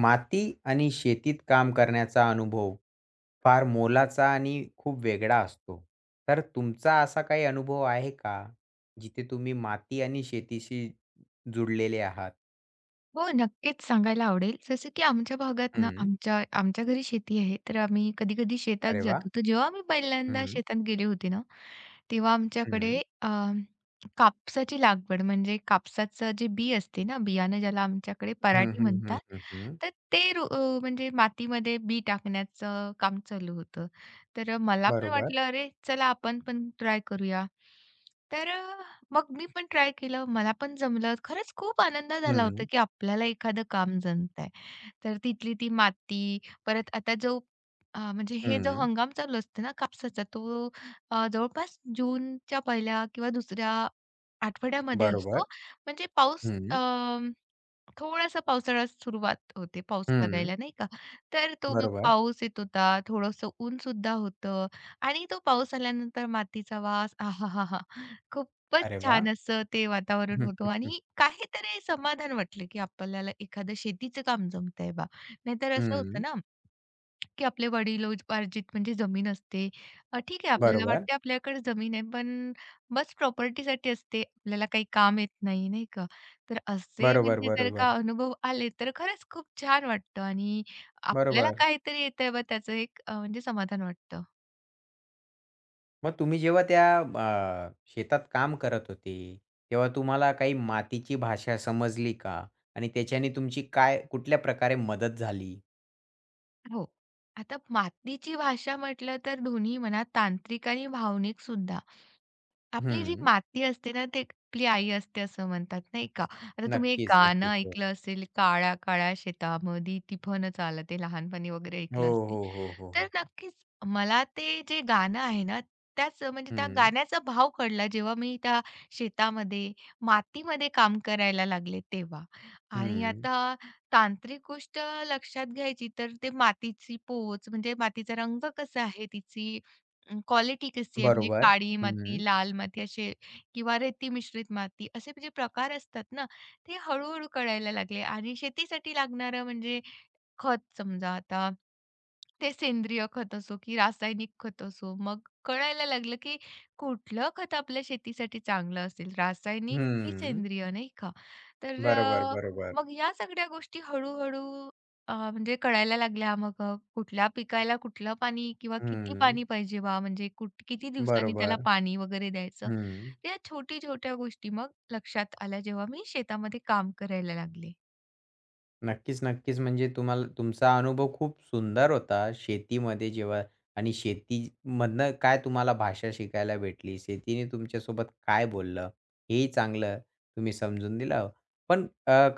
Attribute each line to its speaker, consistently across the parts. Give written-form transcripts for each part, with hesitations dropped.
Speaker 1: माती आणि शेतीत काम करण्याचा अनुभव फार मोलाचा आणि खूप वेगळा असतो. तर तुमचा असा काही अनुभव आहे का? जिथे तुम्ही माती आणि शेतीशी जुडलेले आहात?
Speaker 2: हो, नक्कीच सांगायला आवडेल. जसं की आमच्या भागात ना,
Speaker 1: हं.
Speaker 2: आमच्या आमच्या घरी शेती आहे. तर आम्ही कधी-कधी शेतात
Speaker 1: अरे वाह!
Speaker 2: जातो. तर जेव्हा मी पहिल्यांदा
Speaker 1: हं,
Speaker 2: शेतात गेले होते ना, तेव्हा आमच्याकडे
Speaker 1: हं.
Speaker 2: कापसाची लागवड म्हणजे कापसाचं जे बी असते ना, बियाणं ज्याला आमच्याकडे
Speaker 1: हं,
Speaker 2: पराटी
Speaker 1: हं,
Speaker 2: म्हणतात,
Speaker 1: हं, हं, हं.
Speaker 2: तर ते म्हणजे मातीमध्ये बी टाकण्याचं काम चालू होतं. तर मला पण
Speaker 1: बरोबर.
Speaker 2: वाटलं, "अरे, चला आपण पण ट्राय करूया." तर अ, मग मी पण ट्राय केलं. मला पण जमलं. खरंच खूप आनंद झाला होता,
Speaker 1: हं,
Speaker 2: की आपल्याला एखादं काम जमतंय. तर तिथली ती माती, परत आता जो म्हणजे हे जो
Speaker 1: हं.
Speaker 2: हंगाम चालू असतो ना कापसाचा, तो जवळपास जूनच्या पहिल्या किंवा दुसऱ्या आठवड्यामध्ये असतो.
Speaker 1: बरोबर.
Speaker 2: म्हणजे
Speaker 1: हं,
Speaker 2: थोडासा पावसाळा सुरुवात होते, पाऊस
Speaker 1: हं.
Speaker 2: लागायला नाही का. तर तो मग
Speaker 1: बरोबर.
Speaker 2: पाऊस येत होता, थोडंसं ऊन सुद्धा होतं आणि तो पाऊस आल्यानंतर मातीचा वास आहाहाहा! खूप खूपच
Speaker 1: अरे वाह!
Speaker 2: छान असं ते वातावरण
Speaker 1: हं, हं,
Speaker 2: होतं
Speaker 1: हं.
Speaker 2: आणि काहीतरी समाधान वाटलं, की आपल्याला एखादं शेतीचं काम जमतंय बा. नाहीतर असं
Speaker 1: हं.
Speaker 2: होतं ना, की आपले वडिलोपार्जित म्हणजे जमीन असते. ठीक आहे आपल्याला
Speaker 1: बरोबर.
Speaker 2: वाटते आपल्याकडे जमीन आहे, पण बस प्रॉपर्टीसाठी असते. आपल्याला काही काम येत नाही, नाही का? तर असे
Speaker 1: बरोबर,
Speaker 2: म्हणजे जर का
Speaker 1: बरोबर.
Speaker 2: अनुभव आले, तर खरंच खूप छान वाटतं आणि आपल्याला
Speaker 1: बरोबर.
Speaker 2: काहीतरी येतंय बा त्याचं एक म्हणजे समाधान वाटतं.
Speaker 1: मग तुम्ही जेव्हा त्या शेतात काम करत होते, तेव्हा तुम्हाला काही मातीची भाषा समजली का? आणि त्याच्याने तुमची काय कुठल्या प्रकारे मदत झाली?
Speaker 2: हो. आता मातीची भाषा म्हटलं तर दोन्ही म्हणा तांत्रिक आणि भावनिक सुद्धा. आपली जी
Speaker 1: हं.
Speaker 2: माती असते ना, ती आपली आई असते असं म्हणतात नाही का. आता तुम्ही एक
Speaker 1: नक्कीच,
Speaker 2: गाणं
Speaker 1: नक्कीच. हो.
Speaker 2: ऐकलं असेल, "काळ्या काळ्या शेतामधी टिफन चालते" ते लहानपणी वगैरे
Speaker 1: हो,
Speaker 2: ऐकलं असेल.
Speaker 1: हो, हो, हो,
Speaker 2: तर
Speaker 1: हो.
Speaker 2: नक्कीच मला ते जे गाणं आहे ना, त्याच म्हणजे त्या
Speaker 1: हं,
Speaker 2: गाण्याचा भाव कळला जेव्हा मी त्या शेतामध्ये, मातीमध्ये काम करायला लागले तेव्हा. आणि
Speaker 1: हं.
Speaker 2: आता तांत्रिक गोष्ट लक्षात घ्यायची तर ते मातीची पोच म्हणजे मातीचा रंग कसा आहे, तिची क्वालिटी कशी आहे म्हणजे
Speaker 1: बरोबर.
Speaker 2: काळी
Speaker 1: हं,
Speaker 2: माती, लाल माती असे किंवा रेती मिश्रित माती असे म्हणजे प्रकार असतात ना, ते हळू-हळू कळायला लागले आणि शेतीसाठी लागणारं म्हणजे खत समजा आता ते सेंद्रिय खत असो की रासायनिक खत असो, मग कळायला लागलं की कुठलं खत आपल्या शेतीसाठी चांगलं असेल, रासायनिक की
Speaker 1: हं.
Speaker 2: सेंद्रिय, नाही का? तर
Speaker 1: बरोबर,
Speaker 2: अ,
Speaker 1: बरोबर.
Speaker 2: मग या सगळ्या गोष्टी हळू-हळू म्हणजे कळायला लागल्या. मग कुठल्या पिकाला कुठलं पाणी किंवा किती
Speaker 1: हं.
Speaker 2: पाणी पाहिजे बा, म्हणजे किती दिवसांनी त्याला
Speaker 1: बरोबर.
Speaker 2: पाणी वगैरे द्यायचं.
Speaker 1: हं.
Speaker 2: या छोट्या-छोट्या गोष्टी मग लक्षात आल्या, जेव्हा मी शेतामध्ये काम करायला लागले.
Speaker 1: नक्कीच, नक्कीच. म्हणजे तुम्हाला तुमचा अनुभव खूप सुंदर होता शेतीमध्ये जेव्हा आणि शेतीमधनं काय तुम्हाला भाषा शिकायला भेटली, शेतीने तुमच्यासोबत काय बोललं, हेही चांगलं तुम्ही समजून दिलं. पण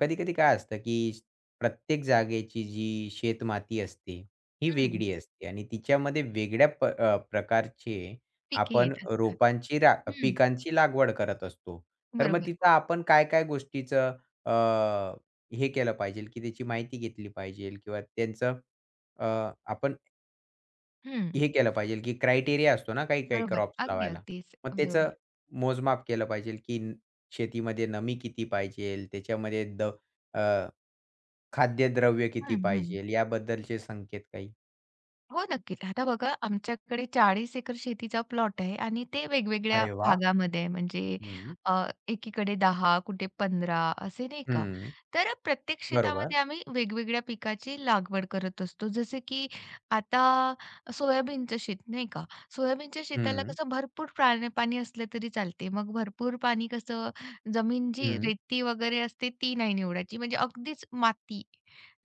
Speaker 1: कधी-कधी काय असतं, की प्रत्येक जागेची जी शेतमाती असते, ही
Speaker 2: हं,
Speaker 1: वेगळी असते आणि तिच्यामध्ये वेगळ्या प्रकारचे
Speaker 2: पिके
Speaker 1: आपण
Speaker 2: येत असतात.
Speaker 1: रोपांची रा पिकांची लागवड करत असतो. तर मग
Speaker 2: बरोबर.
Speaker 1: तिथं आपण काय-काय गोष्टीचं अ, हे केलं पाहिजे, की त्याची माहिती घेतली पाहिजे किंवा त्यांचं अ, आपण
Speaker 2: हं.
Speaker 1: हे केलं पाहिजे, की क्रायटेरिया असतो ना काही-काही
Speaker 2: बरोबर.
Speaker 1: क्रॉप्स लावायला.
Speaker 2: अगदीच.
Speaker 1: मग त्याचं
Speaker 2: बरोबर.
Speaker 1: मोजमाप केलं पाहिजे, की शेतीमध्ये नमी किती पाहिजे, त्याच्यामध्ये अ, खाद्यद्रव्य किती
Speaker 2: हं, हं.
Speaker 1: पाहिजे याबद्दलचे संकेत काही.
Speaker 2: हो, नक्कीच. आता बघा आमच्याकडे 40 एकर शेतीचा प्लॉट आहे आणि ते वेगवेगळ्या
Speaker 1: अरे वाह!
Speaker 2: भागामध्ये आहे. म्हणजे
Speaker 1: हं,
Speaker 2: अ, एकीकडे 10, कुठे 15 असे नाही का.
Speaker 1: हं.
Speaker 2: तर प्रत्येक
Speaker 1: बरोबर.
Speaker 2: शेतामध्ये आम्ही वेगवेगळ्या पिकाची लागवड करत असतो. जसे की आता सोयाबीनचं शेत नाही का. सोयाबीनच्या शेताला
Speaker 1: हं,
Speaker 2: कसं भरपूर पाणी असलं तरी चालते. मग भरपूर पाणी कसं जमीन जी
Speaker 1: हं.
Speaker 2: रेती वगैरे असते ती नाही निवडायची. म्हणजे अगदीच माती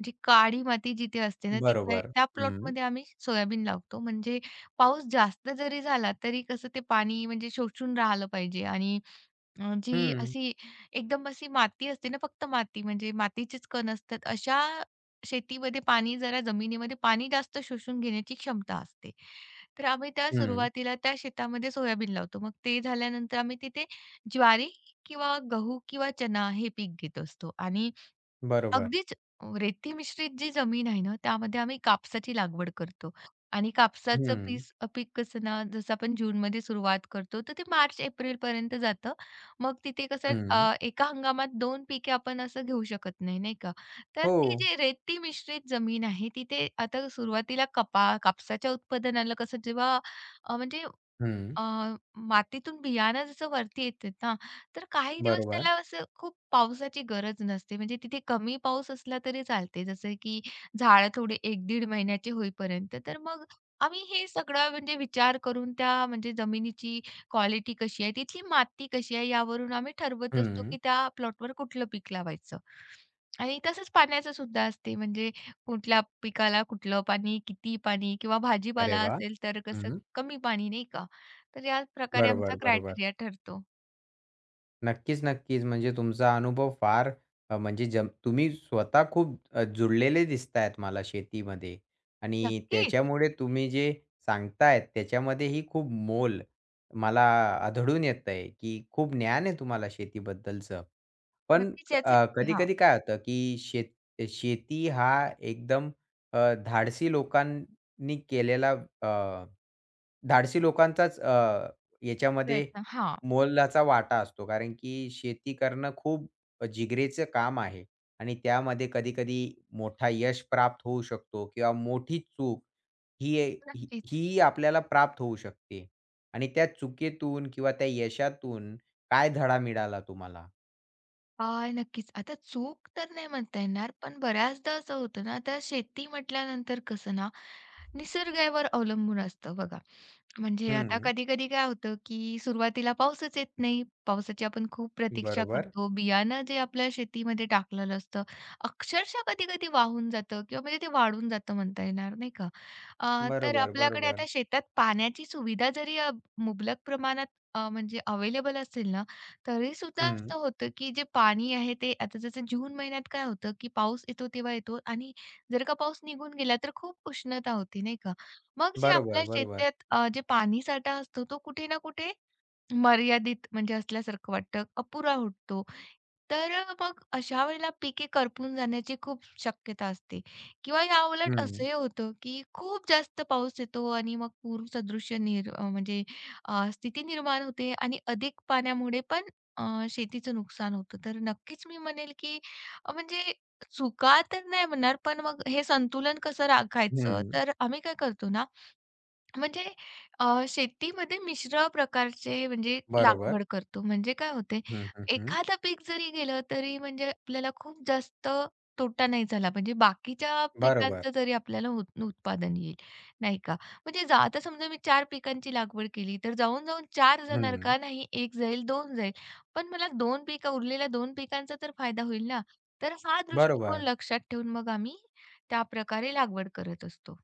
Speaker 2: जी काळी माती जिथे असते ना, तिथे
Speaker 1: बरोबर.
Speaker 2: त्या
Speaker 1: हं,
Speaker 2: प्लॉटमध्ये आम्ही सोयाबीन लावतो. म्हणजे पाऊस जास्त जरी झाला, तरी कसं ते पाणी म्हणजे शोषून राहिलं पाहिजे आणि अ, जी
Speaker 1: हं,
Speaker 2: अशी एकदम अशी माती असते ना, फक्त माती म्हणजे मातीचेच कण असतात, अशा शेतीमध्ये पाणी जरा जमिनीमध्ये पाणी जास्त शोषून घेण्याची क्षमता असते. तर आम्ही त्या
Speaker 1: हं.
Speaker 2: सुरुवातीला त्या शेतामध्ये सोयाबीन लावतो. मग ते झाल्यानंतर आम्ही तिथे ज्वारी किंवा गहू किंवा चना हे पीक घेत असतो आणि
Speaker 1: बरोबर.
Speaker 2: अगदीच रेती मिश्रित जी जमीन आहे ना, त्यामध्ये आम्ही कापसाची लागवड करतो आणि कापसाचं
Speaker 1: हं,
Speaker 2: पीक कसं ना, जसं आपण जूनमध्ये सुरुवात करतो, तर ते मार्च एप्रिलपर्यंत जातं. मग तिथे कसं
Speaker 1: हं.
Speaker 2: एका हंगामात 2 पिके आपण असं घेऊ शकत नाही, नाही का? तर
Speaker 1: हो.
Speaker 2: ती जी रेती मिश्रित जमीन आहे, तिथे आता सुरुवातीला कापसाच्या उत्पादनाला कसं जेव्हा अ, म्हणजे
Speaker 1: हं.
Speaker 2: मातीतून बियाणं जसं वरती येतात ना, तर काही दिवस
Speaker 1: बरोबर.
Speaker 2: त्याला असं खूप पावसाची गरज नसते. म्हणजे तिथे कमी पाऊस असला तरी चालते. जसं की झाडं थोडे 1-1.5 महिन्याचे होईपर्यंत. तर मग आम्ही हे सगळं म्हणजे विचार करून त्या म्हणजे जमिनीची क्वालिटी कशी आहे, तिथली माती कशी आहे, यावरून आम्ही ठरवत असतो
Speaker 1: हं.
Speaker 2: की त्या प्लॉटवर कुठलं पीक लावायचं. आणि तसंच पाण्याचं सुद्धा असते. म्हणजे कुठल्या पिकाला कुठलं पाणी, किती पाणी किंवा
Speaker 1: अरे
Speaker 2: भाजीपाला
Speaker 1: वाह!
Speaker 2: असेल तर कसं
Speaker 1: हं.
Speaker 2: कमी पाणी नाही का? तर या प्रकारे
Speaker 1: बरोबर,
Speaker 2: आमचा
Speaker 1: बरोबर.
Speaker 2: क्रायटेरिया ठरतो.
Speaker 1: नक्कीच, नक्कीच. म्हणजे तुमचा अनुभव फार म्हणजे तुम्ही स्वतः खूप जुळलेले दिसतायत मला शेतीमध्ये आणि
Speaker 2: नक्कीच.
Speaker 1: त्याच्यामुळे तुम्ही जे सांगतायत त्याच्यामध्येही खूप मोल मला आढळून येतंय, की खूप ज्ञान आहे तुम्हाला शेतीबद्दलचं. पण
Speaker 2: नक्कीच याचे हां,
Speaker 1: कधी-कधी काय होतं, की शेती हा एकदम अ, धाडसी लोकांनी केलेला अ, धाडसी लोकांचाच याच्यामध्ये
Speaker 2: प्रयत्न हां,
Speaker 1: मोलाचा वाटा असतो. कारण की शेती करणं खूप जिगरीचं काम आहे आणि त्यामध्ये कधी-कधी मोठा यश प्राप्त होऊ शकतो किंवा मोठी चूक ही ही
Speaker 2: नक्कीच.
Speaker 1: ही आपल्याला प्राप्त होऊ शकते. आणि त्या चुकीतून किंवा त्या यशातून काय धडा मिळाला तुम्हाला?
Speaker 2: आह, नक्कीच. आता चूक तर नाही म्हणता येणार, पण बऱ्याचदा असं होतं ना, आता शेती म्हटल्यानंतर कसं ना, निसर्गावर अवलंबून असतं बघा. म्हणजे आता
Speaker 1: हं.
Speaker 2: कधी-कधी काय होतं, की सुरुवातीला पाऊसच येत नाही. पावसाची आपण खूप प्रतीक्षा
Speaker 1: बरोबर.
Speaker 2: करतो. बियाणं जे आपल्या शेतीमध्ये टाकलेलं असतं, अक्षरशः कधी-कधी वाहून जातं किंवा म्हणजे ते वाळून जातं म्हणता येणार, नाही का? तर
Speaker 1: बरोबर,
Speaker 2: आपल्याकडे
Speaker 1: बरोबर.
Speaker 2: आता शेतात पाण्याची सुविधा जरी मुबलक प्रमाणात म्हणजे अवेलेबल असेल ना, तरीसुद्धा
Speaker 1: हं.
Speaker 2: असं होतं, की जे पाणी आहे ते आता जसं जून महिन्यात काय होतं, की पाऊस येतो तेव्हा येतो आणि जर का पाऊस निघून गेला तर खूप उष्णता होती, नाही का? मग जे
Speaker 1: बरोबर,
Speaker 2: आपल्या
Speaker 1: बरोबर.
Speaker 2: शेतात जे पाणीसाठा असतो तो कुठे ना कुठे मर्यादित म्हणजे असल्यासारखं वाटतं, अपुरा वाटतो. मग अशा वेळेला पिके करपून जाण्याची खूप शक्यता असते किंवा याउलट
Speaker 1: हं,
Speaker 2: असंही होतं, की खूप जास्त पाऊस येतो आणि मग पूरसदृश म्हणजे स्थिती निर्माण होते आणि अधिक पाण्यामुळे पण शेतीचं नुकसान होतं. तर नक्कीच मी म्हणेल, की म्हणजे चुका तर नाही म्हणणार, पण मग हे संतुलन कसं राखायचं?
Speaker 1: हं.
Speaker 2: तर आम्ही काय करतो ना, म्हणजे शेतीमध्ये मिश्र प्रकारचे म्हणजे
Speaker 1: बरोबर.
Speaker 2: लागवड करतो. म्हणजे काय होते,
Speaker 1: हं, हं, हं.
Speaker 2: एखादं पीक जरी गेलं तरी म्हणजे आपल्याला खूप जास्त तोटा नाही झाला. म्हणजे बाकीच्या
Speaker 1: बरोबर.
Speaker 2: पिकांचं जरी आपल्याला उत्पादन येईल, नाही का? म्हणजे जा आता समजा मी 4 पिकांची लागवड केली, तर जाऊन-जाऊन चार जाणार
Speaker 1: हं.
Speaker 2: का? नाही, एक जाईल, दोन जाईल. पण मला 2 पिकं उरलेल्या 2 पिकांचा तर फायदा होईल ना. तर हा दृष्टिकोन
Speaker 1: बरोबर.
Speaker 2: लक्षात ठेवून मग आम्ही त्याप्रकारे लागवड करत असतो.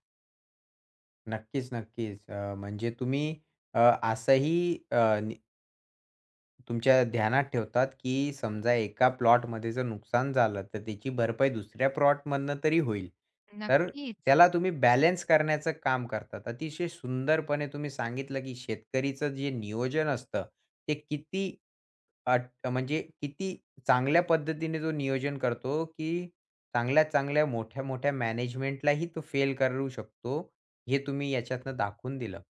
Speaker 1: नक्कीच, नक्कीच. म्हणजे तुम्ही असंही तुमच्या ध्यानात ठेवतात, की समजा एका प्लॉटमध्ये जर नुकसान झालं, तर त्याची भरपाई दुसऱ्या प्लॉटमधनं तरी होईल. तर
Speaker 2: नक्कीच.
Speaker 1: त्याला तुम्ही बॅलन्स करण्याचं काम करतात. अतिशय सुंदरपणे तुम्ही सांगितलं, की शेतकरीचं जे नियोजन असतं, ते किती अट म्हणजे किती चांगल्या पद्धतीने तो नियोजन करतो, की चांगल्या-चांगल्या, मोठ्या-मोठ्या मॅनेजमेंटलाही तो फेल करू शकतो, हे तुम्ही याच्यातनं दाखवून दिलं.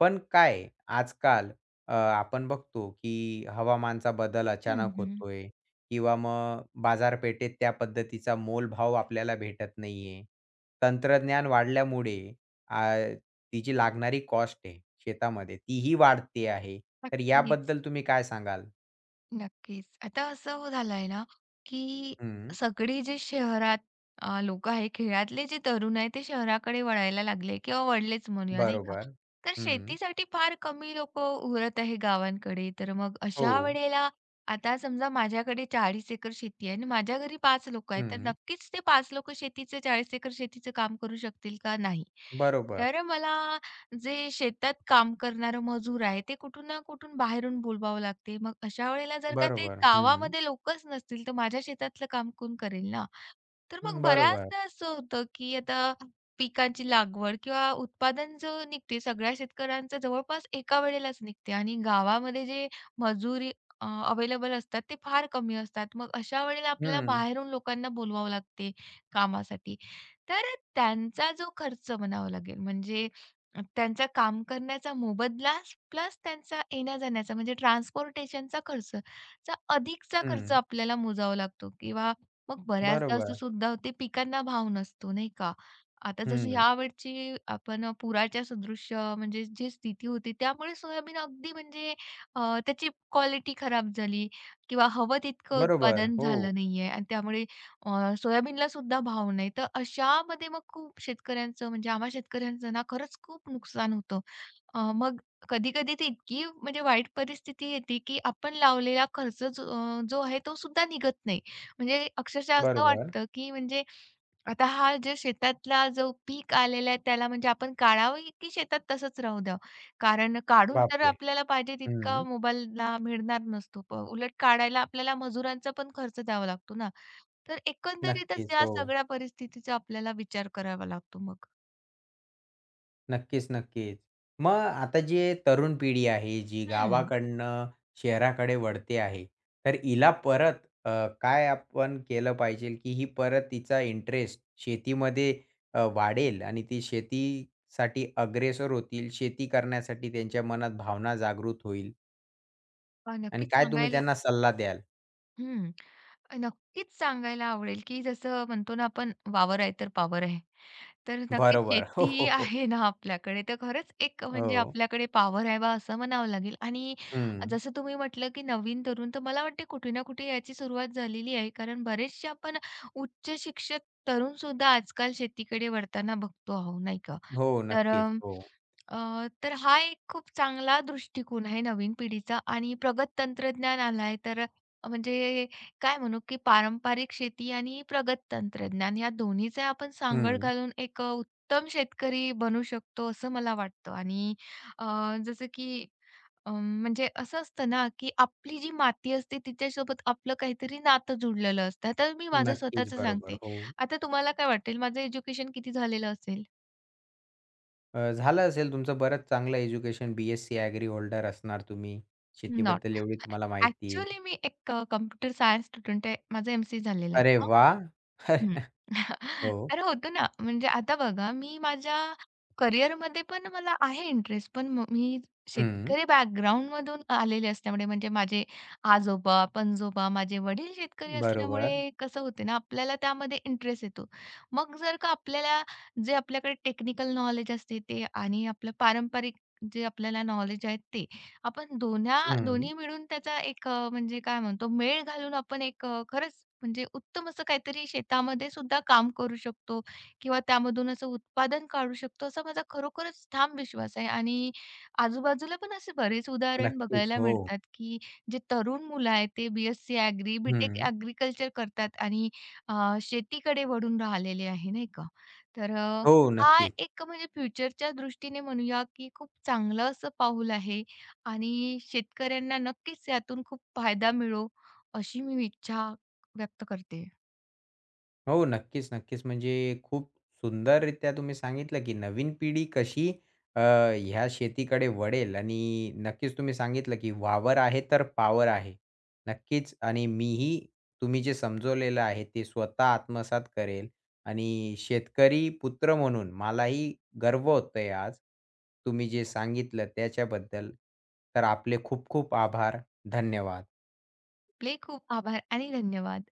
Speaker 1: पण काय आजकाल आपण बघतो की हवामानचा बदल
Speaker 2: हं,
Speaker 1: अचानक
Speaker 2: हं.
Speaker 1: होतोय किंवा मग बाजारपेठेत त्या पद्धतीचा मोलभाव आपल्याला भेटत नाहीये. तंत्रज्ञान वाढल्यामुळे ती जी लागणारी कॉस्ट आहे शेतामध्ये तीही वाढते आहे. तर
Speaker 2: नक्कीच,
Speaker 1: याबद्दल तुम्ही काय सांगाल?
Speaker 2: नक्कीच. आता असं हो झालंय ना, की
Speaker 1: हं,
Speaker 2: सगळे जे शहरात लोकं आहे, खेळातले जे तरुण आहे, ते शहराकडे वळायला लागले किंवा वळलेच म्हणूया, नाही का?
Speaker 1: बरोबर.
Speaker 2: तर
Speaker 1: हं,
Speaker 2: शेतीसाठी फार कमी लोकं उरत आहे गावांकडे. तर मग
Speaker 1: हो.
Speaker 2: अशा वेळेला आता समजा माझ्याकडे 40 एकर शेती आहे आणि माझ्या घरी 5 लोकं आहेत. तर
Speaker 1: हं,
Speaker 2: नक्कीच ते 5 लोकं शेतीचं 40 एकर शेतीचं काम करू शकतील का? नाही.
Speaker 1: बरोबर,
Speaker 2: तर मला जे शेतात काम करणारं मजूर आहे, ते कुठून ना कुठून बाहेरून बोलवावं लागते. मग अशा वेळेला जर का ते
Speaker 1: बरोबर. हं,
Speaker 2: गावामध्ये लोकच नसतील, तर माझ्या शेतातलं काम कोण करेल ना? तर मग
Speaker 1: बरोबर.
Speaker 2: बऱ्याचदा असं होतं, की आता पिकांची लागवड किंवा उत्पादन जो निघते, सगळ्या शेतकऱ्यांचं जवळपास एका वेळेलाच निघते आणि गावामध्ये जे मजुरी अवेलेबल असतात, ते फार कमी असतात. मग अशा वेळेला आपल्याला
Speaker 1: हं,
Speaker 2: बाहेरून लोकांना बोलवावं लागते कामासाठी. तर त्यांचा जो खर्च म्हणावा लागेल, म्हणजे त्यांचा काम करण्याचा मोबदला प्लस त्यांचा येण्या-जाण्याचा म्हणजे ट्रान्सपोर्टेशनचा खर्च, चा अधिकचा खर्च
Speaker 1: हं,
Speaker 2: आपल्याला मोजावा लागतो किंवा मग बऱ्याचदा असं
Speaker 1: बरोबर.
Speaker 2: सुद्धा होते पिकांना भाव नसतो, नाही का? आता जसं
Speaker 1: हं,
Speaker 2: यावेळची आपण पुराच्या सदृश म्हणजे जी स्थिती होती त्यामुळे सोयाबीन अगदी म्हणजे अ, त्याची क्वालिटी खराब झाली किंवा हवं तितकं
Speaker 1: बरोबर.
Speaker 2: उत्पादन
Speaker 1: हो,
Speaker 2: झालं नाहीये आणि त्यामुळे सोयाबीनला सुद्धा भाव नाही. तर अशामध्ये मग खूप शेतकऱ्यांचं म्हणजे आम्हा शेतकऱ्यांचं ना खरंच खूप नुकसान होतं. मग कधी-कधी ती इतकी म्हणजे वाईट परिस्थिती येते, की आपण लावलेला खर्च जो आहे तो सुद्धा निघत नाही. म्हणजे अक्षरशः असं
Speaker 1: बरोबर.
Speaker 2: वाटतं, की म्हणजे आता हा जे शेतातला जो पीक आलेला आहे त्याला म्हणजे आपण काढावं की शेतात तसंच राहू द्यावं? कारण काढून तर
Speaker 1: बापरे!
Speaker 2: आपल्याला पाहिजे तितका
Speaker 1: हं.
Speaker 2: मोबाईलला मिळणार नसतो. उलट काढायला आपल्याला मजुरांचा पण खर्च द्यावा लागतो ना. तर एकंदरीतच
Speaker 1: नक्कीच.
Speaker 2: या
Speaker 1: हो.
Speaker 2: सगळ्या परिस्थितीचा आपल्याला विचार करावा लागतो मग.
Speaker 1: नक्कीच, नक्कीच. मग आता जे तरुण पिढी आहे, जी
Speaker 2: हं.
Speaker 1: गावाकडनं शहराकडे वळते आहे, तर हिला परत काय आपण केलं पाहिजे, की ही परत तिचा इंटरेस्ट शेतीमध्ये वाढेल आणि ती शेतीसाठी अग्रेसर होतील, शेती करण्यासाठी त्यांच्या मनात भावना जागृत होईल
Speaker 2: पहा
Speaker 1: आणि
Speaker 2: नक्कीच
Speaker 1: काय तुम्ही
Speaker 2: सांगायला
Speaker 1: त्यांना सल्ला द्याल?
Speaker 2: हं. नक्कीच सांगायला आवडेल, की जसं म्हणतो ना आपण वावर आहे तर पावर आहे. तर नक्कीच
Speaker 1: बरोबर. हो,
Speaker 2: शेती
Speaker 1: हो,
Speaker 2: ही
Speaker 1: हो.
Speaker 2: आहे ना आपल्याकडे, तर खरंच एक म्हणजे
Speaker 1: हो.
Speaker 2: आपल्याकडे पॉवर आहे बा असं म्हणावं लागेल. आणि
Speaker 1: हं.
Speaker 2: जसं तुम्ही म्हटलं, की नवीन तरुण, तर मला वाटते कुठे ना कुठे याची सुरुवात झालेली आहे. कारण बरेचसे आपण उच्च शिक्षित तरुण सुद्धा आजकाल शेतीकडे वळताना बघतो आहोत, नाही का?
Speaker 1: हो,
Speaker 2: तर
Speaker 1: नक्कीच.
Speaker 2: अ,
Speaker 1: हो.
Speaker 2: तर हा एक खूप चांगला दृष्टिकोन आहे नवीन पिढीचा आणि प्रगत तंत्रज्ञान आलाय तर म्हणजे काय म्हणू, की पारंपरिक शेती आणि प्रगत तंत्रज्ञान या दोन्हीचे आपण सांगड
Speaker 1: हं.
Speaker 2: घालून एक उत्तम शेतकरी बनू शकतो, असं मला वाटतं. आणि अ, जसं की म्हणजे असं असतं ना, की आपली जी माती असते तिच्यासोबत आपलं काहीतरी नातं जुडलेलं असतं. तर मी माझं
Speaker 1: नक्कीच.
Speaker 2: स्वतःचं
Speaker 1: बरोबर.
Speaker 2: सांगते.
Speaker 1: हो.
Speaker 2: आता तुम्हाला काय वाटेल माझं एज्युकेशन किती झालेलं असेल?
Speaker 1: झालं असेल तुमचं बरंच चांगलं एज्युकेशन, बी-एससी ॲग्री होल्डर असणार तुम्ही.
Speaker 2: नॉट.
Speaker 1: शेतीबद्दल एवढी तुम्हाला माहिती आहे.
Speaker 2: ॲक्चुअली मी एक सायन्स स्टुडंट आहे. माझं M झालेलं
Speaker 1: अरे
Speaker 2: आहे.
Speaker 1: वाह!
Speaker 2: हं.
Speaker 1: हो.
Speaker 2: तर होतो ना, म्हणजे आता बघा मी माझ्या करिअरमध्ये पण मला आहे इंटरेस्ट, पण मी
Speaker 1: हं.
Speaker 2: शेतकरी बॅकग्राऊंडमधून आलेले असल्यामुळे म्हणजे माझे आजोबा, पणजोबा, माझे वडील शेतकरी
Speaker 1: बरोबर.
Speaker 2: असल्यामुळे कसं होते ना, आपल्याला त्यामध्ये इंटरेस्ट येतो. मग जर का आपल्याला जे आपल्याकडे टेक्निकल नॉलेज असते ते आणि आपलं पारंपरिक जे आपल्याला नॉलेज आहे ते आपण
Speaker 1: हं.
Speaker 2: दोन्ही मिळून त्याचा एक म्हणजे काय म्हणतो मेळ घालून आपण एक खरंच म्हणजे उत्तम असं काहीतरी शेतामध्ये सुद्धा काम करू शकतो किंवा त्यामधून असं उत्पादन काढू शकतो असा माझा खरोखरच ठाम विश्वास आहे. आणि आजूबाजूला पण असे बरेच उदाहरण
Speaker 1: नक्कीच.
Speaker 2: बघायला
Speaker 1: हो.
Speaker 2: मिळतात, की जे तरुण मुलं आहेत ते BSC ॲग्री,
Speaker 1: हं.
Speaker 2: करतात आणि अ, शेतीकडे वळून राहिलेले आहे नाही का. तर अ,
Speaker 1: हो,
Speaker 2: हा
Speaker 1: नक्कीच.
Speaker 2: एक म्हणजे फ्युचरच्या दृष्टीने म्हणूया, की खूप चांगलं असं पाऊल आहे आणि शेतकऱ्यांना नक्कीच यातून खूप फायदा मिळो, अशी मी इच्छा व्यक्त करते.
Speaker 1: हो, नक्कीच, नक्कीच. म्हणजे खूप सुंदररित्या तुम्ही सांगितलं, की नवीन पिढी कशी अ, ह्या शेतीकडे वळेल आणि नक्कीच तुम्ही सांगितलं, की वावर आहे तर पावर आहे. नक्कीच आणि मीही तुम्ही जे समजवलेलं आहे ते स्वतः आत्मसात करेल आणि शेतकरी पुत्र म्हणून मलाही गर्व होतोय आज, तुम्ही जे सांगितलं त्याच्याबद्दल. तर आपले खूप खूप आभार. धन्यवाद.
Speaker 2: आपले खूप आभार आणि धन्यवाद.